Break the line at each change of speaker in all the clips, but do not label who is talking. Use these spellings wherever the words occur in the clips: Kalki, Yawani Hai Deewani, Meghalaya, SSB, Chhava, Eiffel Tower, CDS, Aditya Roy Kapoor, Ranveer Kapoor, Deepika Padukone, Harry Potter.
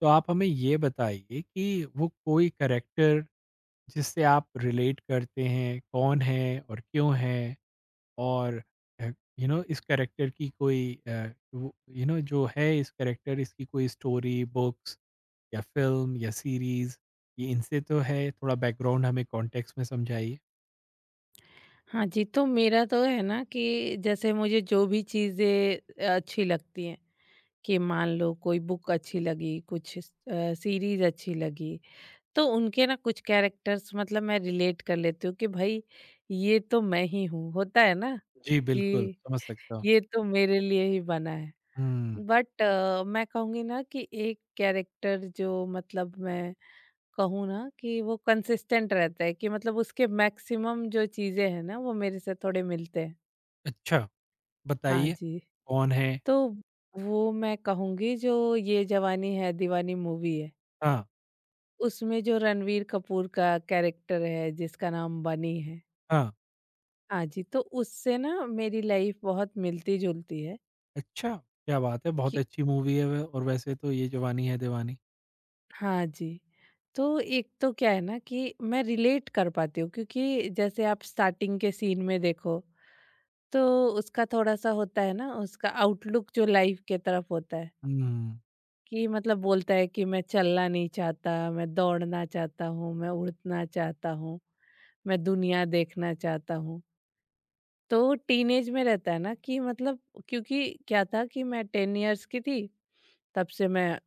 तो आप हमें ये बताइए कि वो कोई कैरेक्टर जिससे आप रिलेट करते हैं, कौन है और क्यों है? और अ, इस कैरेक्टर की कोई अ, वो यू नो जो है इस कैरेक्टर इसकी कोई स्टोरी, बुक्स या फ़िल्म या सीरीज़ ये इनसे तो है, थोड़ा बैकग्राउंड हमें कॉन्टेक्स्ट में समझाइए।
हाँ जी, तो मेरा तो है ना कि जैसे मुझे जो भी चीज़ें अच्छी लगती हैं, कि मान लो कोई बुक अच्छी लगी, कुछ सीरीज़ अच्छी लगी, तो उनके ना कुछ कैरेक्टर्स मतलब मैं रिलेट कर लेती हूँ कि भाई ये तो मैं ही हूँ। होता है ना
जी जी। बिल्कुल,
कि
समझ सकता हूँ।
ये तो मेरे लिए ही बना है।
हुँ।
बट मैं कहूँगी ना कि एक कैरेक्टर जो मतलब मैं कहूँ ना कि वो कंसिस्टेंट रहता है, कि मतलब उसके मैक्सिमम जो चीज़ें हैं ना वो मेरे से थोड़े मिलते हैं।
अच्छा,
हाँ
बताइए
जी,
कौन है?
तो वो मैं कहूँगी, जो ये जवानी है दीवानी मूवी है,
हाँ,
उसमें जो रणवीर कपूर का कैरेक्टर है जिसका नाम बनी है।
हाँ।
हाँ जी, तो उससे ना मेरी लाइफ़ बहुत मिलती-जुलती है
अच्छा, क्या बात है! बहुत
कि
अच्छी मूवी है व और वैसे तो ये जवानी है दीवानी।
हाँ जी, तो एक तो क्या है ना कि मैं रिलेट कर पाती हूँ क्योंकि जैसे आप स्टार्टिंग के सीन में देखो, तो उसका थोड़ा-सा होता है ना, उसका आउटलुक जो लाइफ़ के तरफ होता है।
हुँ।
कि मतलब बोलता है कि मैं चलना नहीं चाहता, मैं दौड़ना चाहता हूँ, मैं उड़ना चाहता हूँ, मैं दुनिया देखना चाहता हूँ। तो टीनेज में रहता है ना कि मतलब, क्योंकि क्या था कि मैं 10 इयर्स की थी, तब से मैं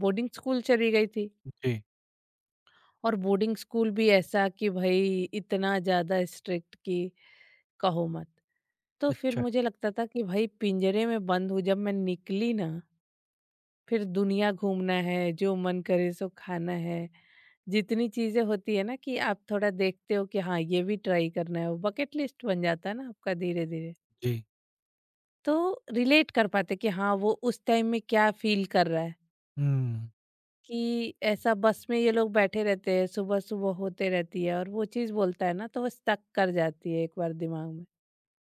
बोर्डिंग स्कूल चली गई थी।
जी।
और बोर्डिंग स्कूल भी ऐसा कि भई इतना ज़्यादा स्ट्रिक्ट कि कहो मत। तो फिर
अच्छा।
मुझे लगता था कि भई पिंजरे में बंद हूँ, जब मैं निकली ना फिर दुनिया घूमना है, जो मन करे सो खाना है। जितनी चीज़ें होती है ना कि आप थोड़ा देखते हो कि हाँ, ये भी ट्राई करना है, वो बकेट लिस्ट बन जाता है ना आपका धीरे-धीरे।
जी।
तो रिलेट कर पाते कि हाँ, वो उस टाइम में क्या फ़ील कर रहा है,
हुँ।
कि ऐसा बस में ये लोग बैठे रहते हैं, सुबह-सुबह होते रहती है, और वो चीज़ बोलता है ना तो वो स्टक कर जाती है एक बार दिमाग में।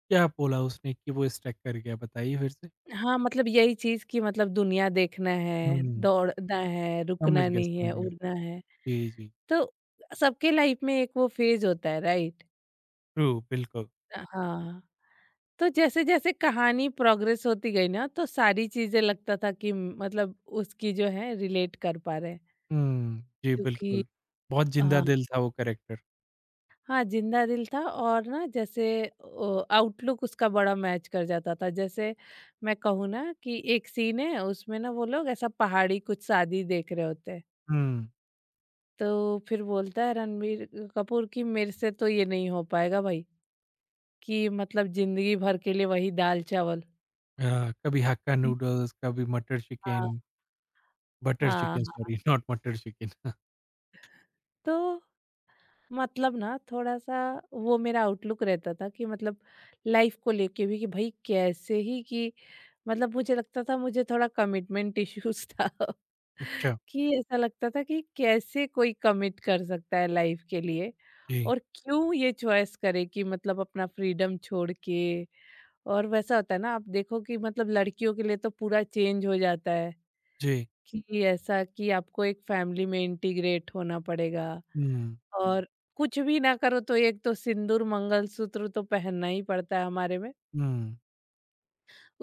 क्या बोला उसने कि वो स्टक कर गया? बताइए फिर से।
हाँ, मतलब यही चीज़ कि मतलब दुनिया देखना है,
हुँ,
दौड़ना है,
समझ
रुकना
गया,
नहीं
समझ
है,
गया।
उड़ना है।
जी, जी।
तो सबके लाइफ में एक वो फेज होता है, राइट?
ट्रू, बिल्कुल।
हाँ, तो जैसे जैसे कहानी प्रोग्रेस होती गई ना तो सारी चीजें लगता था कि मतलब उसकी जो है रिलेट कर पा रहे हैं,
हुँ, जी,
क्योंकि
बिल्कुल। बहुत जिंदा
हाँ।
दिल था वो कैरेक्टर।
हाँ, जिंदा दिल था, और ना जैसे आउटलुक उसका बड़ा मैच कर जाता था। जैसे मैं कहूँ ना कि एक सीन है उसमें ना, वो लोग ऐसा पहाड़ी कुछ शादी देख रहे होते हैं,
हुँ।
तो फिर बोलता है रणबीर कपूर कि मेरे से तो ये नहीं हो पाएगा भाई, कि मतलब ज़िंदगी भर के लिए वही दाल-चावल।
कभी हक्का नूडल्स, कभी मटर
हाँ,
चिकन बटर
हाँ,
चिकन,
हाँ।
सॉरी, नॉट मटर चिकन।
तो मतलब ना थोड़ा-सा वो मेरा आउटलुक रहता था, कि मतलब लाइफ़ को लेके भी कि भई कैसे ही, कि मतलब मुझे लगता था मुझे थोड़ा कमिटमेंट इश्यूज़ था।
अच्छा।
कि ऐसा लगता था कि कैसे कोई कमिट कर सकता है लाइफ़ के लिए,
जी,
और क्यों ये चॉइस करे कि मतलब अपना फ्रीडम छोड़ के, और वैसा होता है ना आप देखो कि मतलब लड़कियों के लिए तो पूरा चेंज हो जाता है।
जी।
कि ऐसा कि आपको एक फैमिली में इंटीग्रेट होना पड़ेगा
हुँ,
और कुछ भी ना करो तो एक तो सिंदूर मंगलसूत्र तो पहनना ही पड़ता है हमारे में,
हुँ,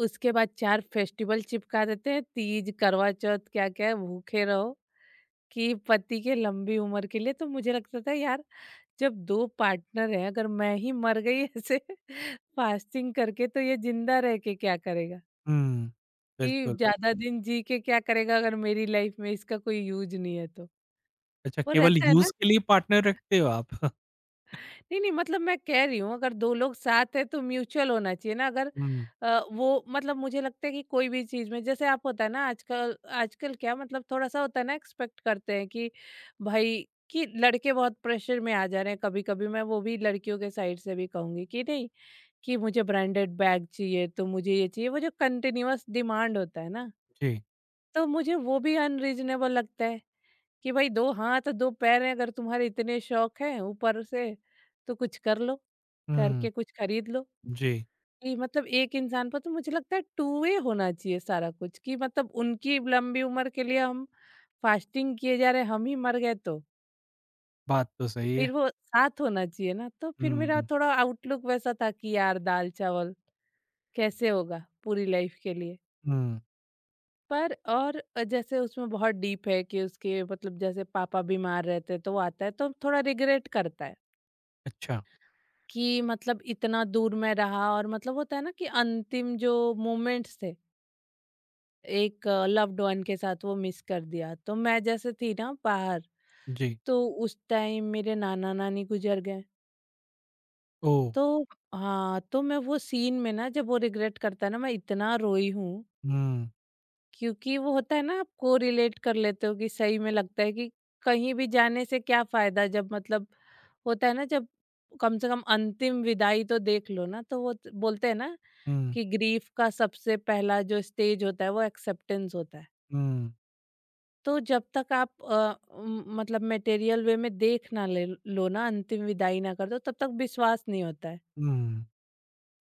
उसके बाद चार फेस्टिवल चिपका देते हैं, तीज करवा चौथ क्या क्या है, भूखे रहो कि पति के लंबी उम्र के लिए। तो मुझे लगता था यार, जब दो पार्टनर हैं अगर मैं ही मर गई ऐसे फास्टिंग करके, तो ये जिंदा रह के क्या करेगा,
हुँ,
कि
बिल्कुल।
ज्यादा दिन जी के क्या करेगा अगर मेरी लाइफ में इसका कोई यूज नहीं है तो।
अच्छा,
वो
केवल
रहता है ना।
यूज़ के लिए पार्टनर रखते हो आप?
नहीं, नहीं, मतलब मैं कह रही हूँ अगर 2 लोग साथ हैं तो म्यूचुअल होना चाहिए ना, अगर
हुँ।
वो मतलब मुझे लगता है कि कोई भी चीज़ में, जैसे आप होता है ना आजकल, आजकल क्या मतलब थोड़ा-सा होता है ना एक्सपेक्ट करते हैं कि भाई, कि लड़के बहुत प्रेशर में आ जा रहे हैं कभी-कभी। मैं वो भी लड़कियों के साइड से भी कहूँगी कि नहीं, कि मुझे ब्रांडेड बैग चाहिए, तो मुझे ये चाहिए वो, जो कंटीन्यूअस डिमांड होता है ना,
जी।
तो मुझे वो भी अनरीज़नेबल लगता है। कि भाई 2 हाथ, 2 पैर हैं, अगर तुम्हारे इतने शौक हैं ऊपर से, तो कुछ कर लो,
हुँ।
करके कुछ खरीद लो।
जी।
कि मतलब एक इंसान पर तो मुझे लगता है टू वे होना चाहिए सारा कुछ, कि मतलब उनकी लंबी उम्र के लिए हम फास्टिंग किए जा रहे हैं, हम ही मर गए तो।
बात तो सही है।
फिर वो साथ होना चाहिए ना, तो फिर मेरा
हुँ,
थोड़ा आउटलुक वैसा था कि यार दाल-चावल कैसे होगा पूरी लाइफ के लिए।
हुँ,
पर और जैसे उसमें बहुत डीप है कि उसके, मतलब जैसे पापा बीमार रहते हैं, तो वो आता है तो थोड़ा रिग्रेट करता है।
अच्छा।
कि मतलब इतना दूर मैं रहा, और मतलब होता है ना कि अंतिम जो मोमेंट्स थे एक लव्ड वन के साथ, वो मिस कर दिया। तो मैं जैसे थी ना बाहर,
जी।
तो उस टाइम मेरे नाना नानी गुजर गए
ओह!
तो। हाँ, तो मैं वो सीन में ना जब वो रिग्रेट करता है ना, मैं इतना रोई हूँ,
हुँ,
क्योंकि वो होता है ना आपको रिलेट कर लेते हो, कि सही में लगता है कि कहीं भी जाने से क्या फायदा जब मतलब होता है ना जब कम से कम अंतिम विदाई तो देख लो ना। तो वो बोलते हैं ना
हुँ,
कि ग्रीफ का सबसे पहला जो स्टेज होता है वो एक्सेप्टेंस होता है।
हुँ,
तो जब तक आप मतलब मटेरियल वे में देख ना ले लो ना, अंतिम विदाई ना कर दो, तब तक विश्वास नहीं होता है
हुँ,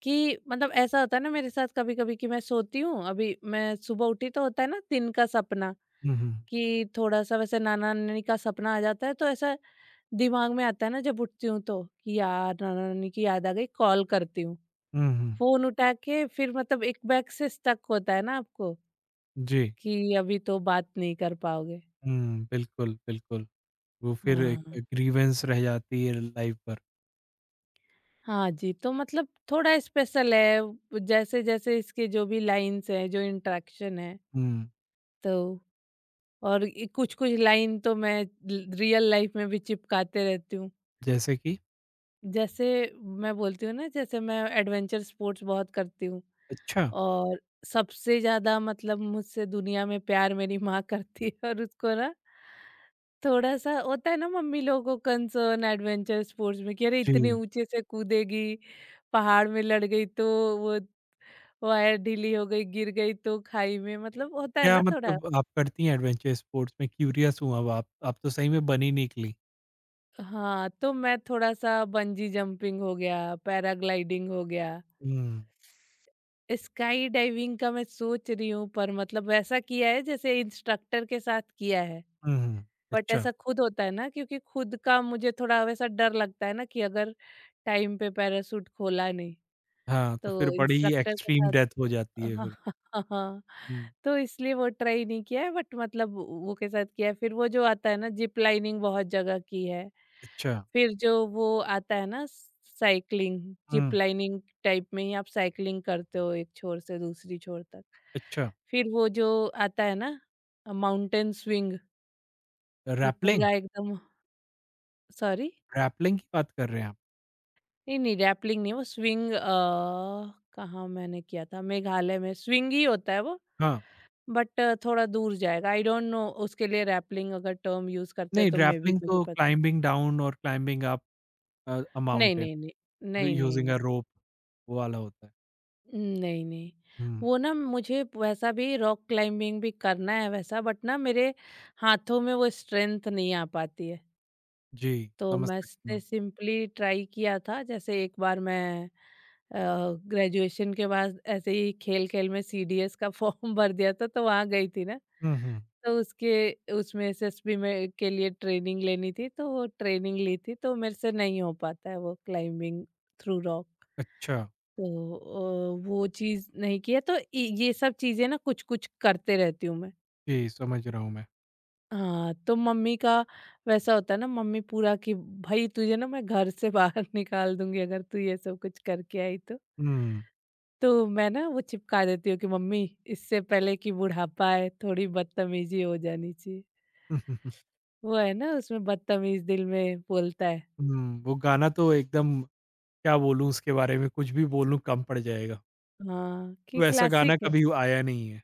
कि मतलब। ऐसा होता है ना मेरे साथ कभी कभी कि मैं सोती हूँ, अभी मैं सुबह उठी तो होता है ना दिन का सपना,
हुँ, हुँ,
कि थोड़ा सा वैसे नाना नानी का सपना आ जाता है, तो ऐसा दिमाग में आता है ना जब उठती हूँ तो, कि यार नाना नानी की याद आ गई, कॉल करती हूँ
हुँ, हुँ,
फोन उठा के, फिर मतलब एक बैग से स्टक होता है ना आपको
जी।
कि अभी तो बात नहीं कर पाओगे।
हुँ, बिल्कुल, बिल्कुल। वो फिर
हाँ।
एक ग्रीवेंस रह जाती है लाइफ़ भर।
हाँ जी, तो मतलब थोड़ा स्पेशल है, जैसे-जैसे इसके जो भी लाइन्स हैं, जो इंटरेक्शन है,
हुँ,
तो और इ कुछ-कुछ लाइन तो मैं ल रियल लाइफ़ में भी चिपकाते रहती हूँ।
जैसे कि?
जैसे मैं बोलती हूँ ना, जैसे मैं एडवेंचर स्पोर्ट्स बहुत करती हूँ,
अच्छा।
और सबसे ज़्यादा मतलब मुझसे दुनिया में प्यार मेरी माँ करती है, और उसको ना थोड़ा-सा होता है ना, मम्मी लोगों को कंसर्न एडवेंचर स्पोर्ट्स में कि अरे
जी।
इतने ऊँचे से कूदेगी, पहाड़ में लड़ गई तो, वो वायर ढीली हो गई, गिर गई तो खाई में, मतलब होता है
क्या
ना थोड़ा।
मतलब आप करती हैं एडवेंचर स्पोर्ट्स में? क्यूरियस हूँ अब आप तो सही में बनी निकली।
हाँ, तो मैं थोड़ा-सा बंजी जंपिंग हो गया, पैराग्लाइडिंग हो गया।
हुँ,
स्काई डाइविंग का मैं सोच रही हूँ, पर मतलब वैसा किया है जैसे इंस्ट्रक्टर के साथ किया है।
हुँ, हुँ,
बट
अच्छा।
ऐसा खुद होता है ना, क्योंकि खुद का मुझे थोड़ा वैसा डर लगता है ना कि अगर टाइम पे पैराशूट खोला नहीं।
हाँ, तो फिर
तो
बड़ी ही
इंस्ट्रक्टर के
एक्सट्रीम
साथ
डेथ हो जाती
हाँ,
है फिर।
हाँ, हाँ, हाँ,
हुँ,
तो इसलिए वो ट्राई नहीं किया है, बट मतलब वो के साथ किया है। फिर वो जो आता है ना जिप लाइनिंग, बहुत जगह की है।
अच्छा,
फिर जो वो आता है ना cycling, zip
hmm,
lining type में ही आप साइक्लिंग करते हो एक छोर से दूसरी छोर तक।
अच्छा।
फिर वो जो आता है ना माउंटेन स्विंग, कि
रैपलिंग?
पूरा एकदम। सॉरी?
रैपलिंग की बात कर रहे हैं आप?
नहीं, नहीं, रैपलिंग नहीं, वो स्विंग कहाँ मैंने किया था? मेघालय में स्विंग ही होता है वो।
हाँ,
बट थोड़ा दूर जाएगा। आई डोंट नो उसके लिए रैपलिंग अगर टर्म यूज़ करते हैं
नहीं,
तो मे बी
रैपलिंग तो
मुझे पता।
क्लाइंबिंग डाउन और क्लाइंबिंग अप अ
नहीं,
माउंटेन
नहीं, नहीं। नहीं, नहीं,
यूजिंग
नहीं।
अ रोप, वो वाला होता है।
नहीं, नहीं।
हुँ,
वो ना मुझे वैसा भी रॉक क्लाइंबिंग भी करना है वैसा, बट ना मेरे हाथों में वो स्ट्रेंथ नहीं आ पाती है।
जी,
तो
समझ सकती
मैंने
हूँ।
सिंपली ट्राई किया था, जैसे एक बार मैं ग्रेजुएशन के बाद ऐसे ही खेल खेल में सीडीएस का फॉर्म भर दिया था, तो वहाँ गई थी ना।
हुँ, हुँ,
तो उसके उसमें एसएसबी में के लिए ट्रेनिंग लेनी थी, तो वो ट्रेनिंग ली थी, तो मेरे से नहीं हो पाता है वो क्लाइंबिंग थ्रू रॉक।
अच्छा,
तो वो चीज़ नहीं किया, तो ये सब चीज़ें ना कुछ कुछ करते रहती हूँ मैं।
जी समझ रहा हूँ मैं।
हाँ, तो मम्मी का वैसा होता है ना, मम्मी पूरा कि भाई तुझे ना मैं घर से बाहर निकाल दूंगी अगर तू ये सब कुछ करके आई तो।
हुँ, हुँ,
तो मैं ना वो चिपका देती हूँ कि मम्मी इससे पहले कि बुढ़ापा आए थोड़ी बदतमीजी हो जानी चाहिए, वो है ना उसमें बदतमीज दिल में बोलता है।
वो गाना तो एकदम, क्या बोलूँ उसके बारे में, कुछ भी बोलूँ कम पड़ जाएगा।
हाँ कि
वैसा गाना
क्लासिक है।
कभी आया नहीं है।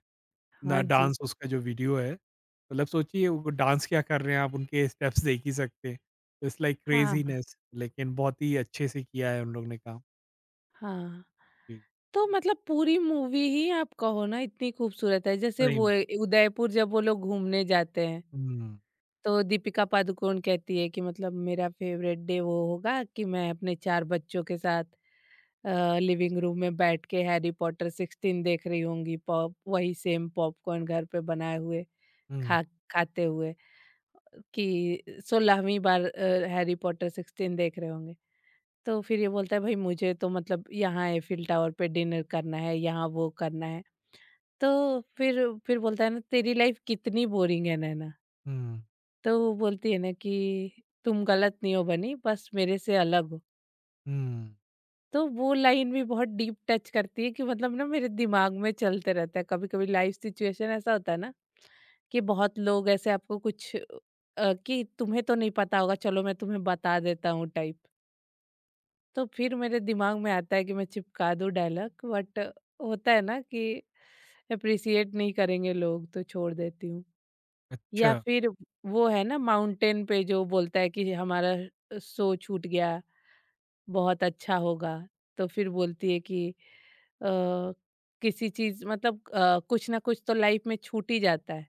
ना
हाँ जी।
डांस उसका जो वीडियो है, मतलब सोचिए वो डांस क्या कर रहे हैं, आप उनके स्टेप्स देख ही सकते हैं। इट्स लाइक
हाँ,
क्रेज़ीनेस, लेकिन बहुत ही अच्छे से किया है उन लोग ने काम।
हाँ।
जी।
तो मतलब पूरी मूवी ही आप कहो ना इतनी खूबसूरत है, जैसे
सही
वो
में।
उदयपुर जब वो लोग घूमने जाते हैं,
हुँ,
तो दीपिका पादुकोण कहती है कि मतलब मेरा फेवरेट डे वो होगा कि मैं अपने चार बच्चों के साथ लिविंग रूम में बैठ के हैरी पॉटर 16 देख रही होंगी, पॉप वही सेम पॉपकॉर्न घर पे बनाए हुए
हुँ,
खा खाते हुए, कि 16वीं बार हैरी पॉटर 16 देख रहे होंगे। तो फिर ये बोलता है, भाई मुझे तो मतलब यहाँ एफिल टावर पे डिनर करना है, यहाँ वो करना है। तो फिर बोलता है ना, तेरी लाइफ कितनी बोरिंग है नैना।
हुँ,
तो वो बोलती है ना कि तुम गलत नहीं हो बनी, बस मेरे से अलग हो।
हुँ,
तो वो लाइन भी बहुत डीप टच करती है कि मतलब ना, मेरे दिमाग में चलते रहता है। कभी कभी लाइफ सिचुएशन ऐसा होता है ना कि बहुत लोग ऐसे आपको कुछ कि तुम्हें तो नहीं पता होगा, चलो मैं तुम्हें बता देता हूँ टाइप। तो फिर मेरे दिमाग में आता है कि मैं चिपका दूँ डायलॉग, बट होता है ना कि अप्रिसिएट नहीं करेंगे लोग, तो छोड़ देती हूँ। या
अच्छा।
फिर वो है ना, माउंटेन पे जो बोलता है कि हमारा शो छूट गया, बहुत अच्छा होगा। तो फिर बोलती है कि किसी चीज मतलब कुछ ना कुछ तो लाइफ में छूट ही जाता है।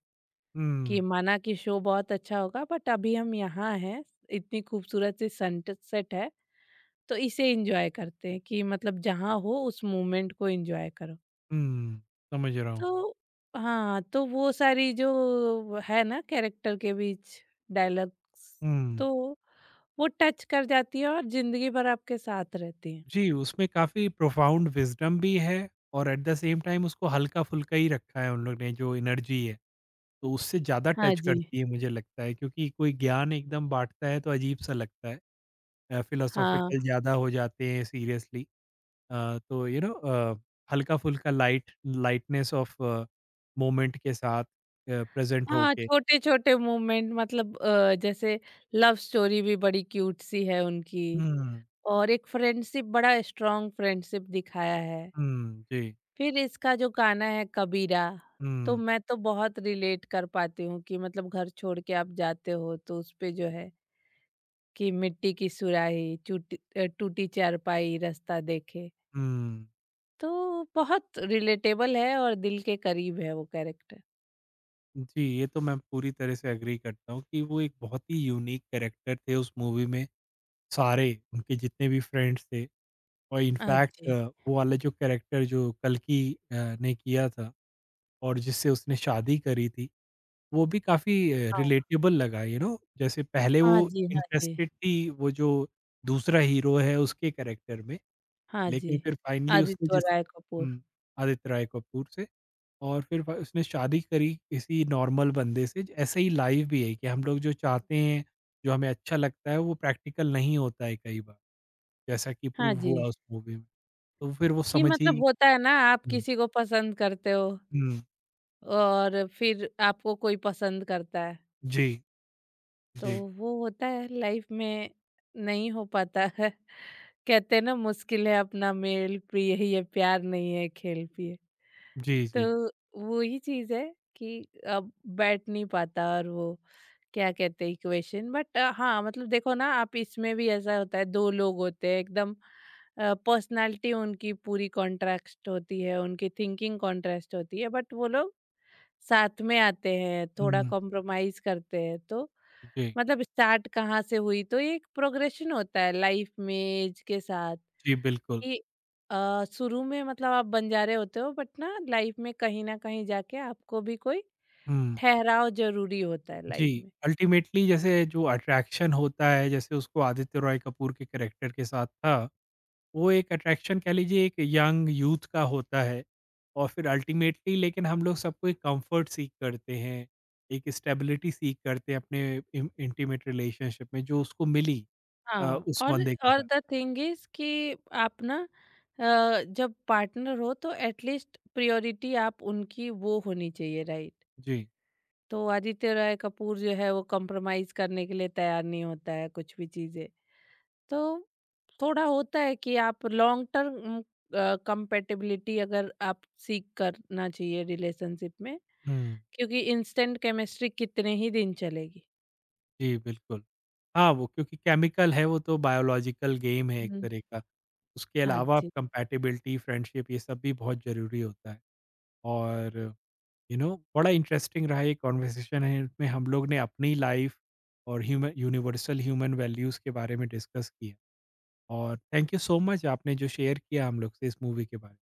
कि
हुँ,
माना कि शो बहुत अच्छा होगा बट अभी हम यहाँ हैं, इतनी खूबसूरत सी सनसेट है, तो इसे एंजॉय करते हैं। कि मतलब जहाँ हो उस मोमेंट को एंजॉय करो।
हुँ, समझ रहा हूँ।
तो हाँ, तो वो सारी जो है ना कैरेक्टर के बीच डायलॉग्स,
हुँ।
तो वो टच कर जाती है और ज़िंदगी भर आपके साथ रहती हैं।
जी, उसमें काफ़ी प्रोफाउंड विज़डम भी है और एट द सेम टाइम उसको हल्का-फुल्का ही रखा है उन लोग ने जो एनर्जी है। तो उससे ज़्यादा
हाँ
टच
जी।
करती है मुझे लगता है, क्योंकि कोई ज्ञान एकदम बाँटता है तो अजीब-सा लगता है।
हाँ,
फिलोसॉफ़िकल ज़्यादा हो जाते हैं सीरियसली। तो हल्का-फुल्का लाइटनेस ऑफ मोमेंट के साथ प्रेज़ेंट
हाँ,
होके।
छोटे-छोटे मूवमेंट मतलब जैसे लव स्टोरी भी बड़ी क्यूट सी है उनकी,
हुँ,
और एक फ्रेंडशिप, बड़ा स्ट्रॉन्ग फ्रेंडशिप दिखाया है।
हुँ, जी।
फिर इसका जो गाना है कबीरा, तो
हुँ,
मैं तो बहुत रिलेट कर पाती हूँ कि मतलब घर छोड़ के आप जाते हो तो उसपे जो है कि मिट्टी की सुराही टूटी, टूटी चारपाई रास्ता देखे।
हुँ।
तो बहुत रिलेटेबल है और दिल के करीब है वो कैरेक्टर।
जी, ये तो मैं पूरी तरह से एग्री करता हूँ कि वो एक बहुत ही यूनिक कैरेक्टर थे उस मूवी में, सारे उनके जितने भी फ्रेंड्स थे। और
हाँ
इनफैक्ट
जी,
वो वाला जो कैरेक्टर जो कल्कि अ, ने किया था और जिससे उसने शादी करी थी, वो भी काफ़ी
हाँ,
रिलेटेबल लगा, जैसे पहले
हाँ
वो
जी, हाँ जी,
इंटरेस्टेड थी वो जो दूसरा हीरो है उसके कैरेक्टर में,
हाँ जी,
लेकिन फिर फाइनली
आदित्य राय कपूर।
हुँ, आदित्य रॉय कपूर से और फिर फ उसने शादी करी किसी नॉर्मल बंदे से। ऐसे ही लाइफ़ भी है कि हम लोग जो चाहते हैं, जो हमें अच्छा लगता है वो प्रैक्टिकल नहीं होता है कई बार, जैसा कि
हाँ
प्रूव
जी।
हुआ उस मूवी में। तो फिर वो
कि
समझी।
मतलब होता है ना, आप
हुँ,
किसी को पसंद करते हो
हुँ,
और फिर आपको कोई पसंद करता है,
जी,
तो
जी,
वो होता है लाइफ में, नहीं हो पाता है। कहते हैं ना, मुश्किल है अपना मेल प्रिय ही है प्यार नहीं है खेल पिए।
जी,
तो
जी।
वो ही चीज है कि अब बैठ नहीं पाता। और वो क्या कहते हैं, इक्वेशन। बट हाँ मतलब देखो ना, आप इसमें भी ऐसा होता है, दो लोग होते हैं एकदम पर्सनालिटी उनकी पूरी कॉन्ट्रास्ट होती है, उनकी थिंकिंग कॉन्ट्रास्ट होती है, बट वो लोग साथ में आते हैं, थोड़ा
हुँ,
कॉम्प्रोमाइज़ करते हैं, तो
जी,
मतलब स्टार्ट कहाँ से हुई? तो ये एक प्रोग्रेशन होता है लाइफ में एज के साथ।
जी, बिल्कुल।
कि शुरू में मतलब आप बंजारे होते हो बट ना लाइफ में कहीं न कहीं जाके आपको भी कोई
हुँ।
ठहराव ज़रूरी होता है
जी,
लाइफ में।
अल्टीमेटली जैसे जो अट्रैक्शन होता है, जैसे उसको आदित्य रॉय कपूर के कैरेक्टर के साथ था, वो एक अट्रैक्शन कह लीजिए एक यंग यूथ का होता है। और फिर अल्टीमेटली लेकिन हम लोग सबको एक कम्फर्ट सीक करते हैं, एक स्टेबिलिटी सीक करते हैं अपने इम इंटीमेट रिलेशनशिप में, जो उसको मिली
हाँ,
उस बंदे के
और
साथ।
द थिंग इज़ कि आप ना जब पार्टनर हो तो एट लीस्ट प्रायोरिटी आप उनकी वो होनी चाहिए, राइट?
जी।
तो आदित्य राय कपूर जो है वो कॉम्प्रोमाइज करने के लिए तैयार नहीं होता है कुछ भी चीजें। तो थोड़ा होता है कि आप लॉन्ग टर्म कंपेटेबिलिटी अगर आप सीख करना चाहिए रिलेशनशिप में,
हुँ।
क्योंकि इंस्टेंट केमिस्ट्री कितने ही दिन चलेगी।
जी, बिल्कुल। हाँ, वो क्योंकि केमिकल है, वो तो बायोलॉजिकल गेम है एक
हम्म।
तरह का। उसके
हाँ
अलावा
जी।
कंपैटिबिलिटी, फ्रेंडशिप, ये सब भी बहुत ज़रूरी होता है। और यू नो बड़ा इंटरेस्टिंग रहा ये कन्वर्सेशन है, इसमें हम लोग ने अपनी लाइफ़ और ह्यूमन यूनिवर्सल ह्यूमन वैल्यूज़ के बारे में डिस्कस किया। और थैंक यू सो मच आपने जो शेयर किया हम लोग से इस मूवी के बारे में।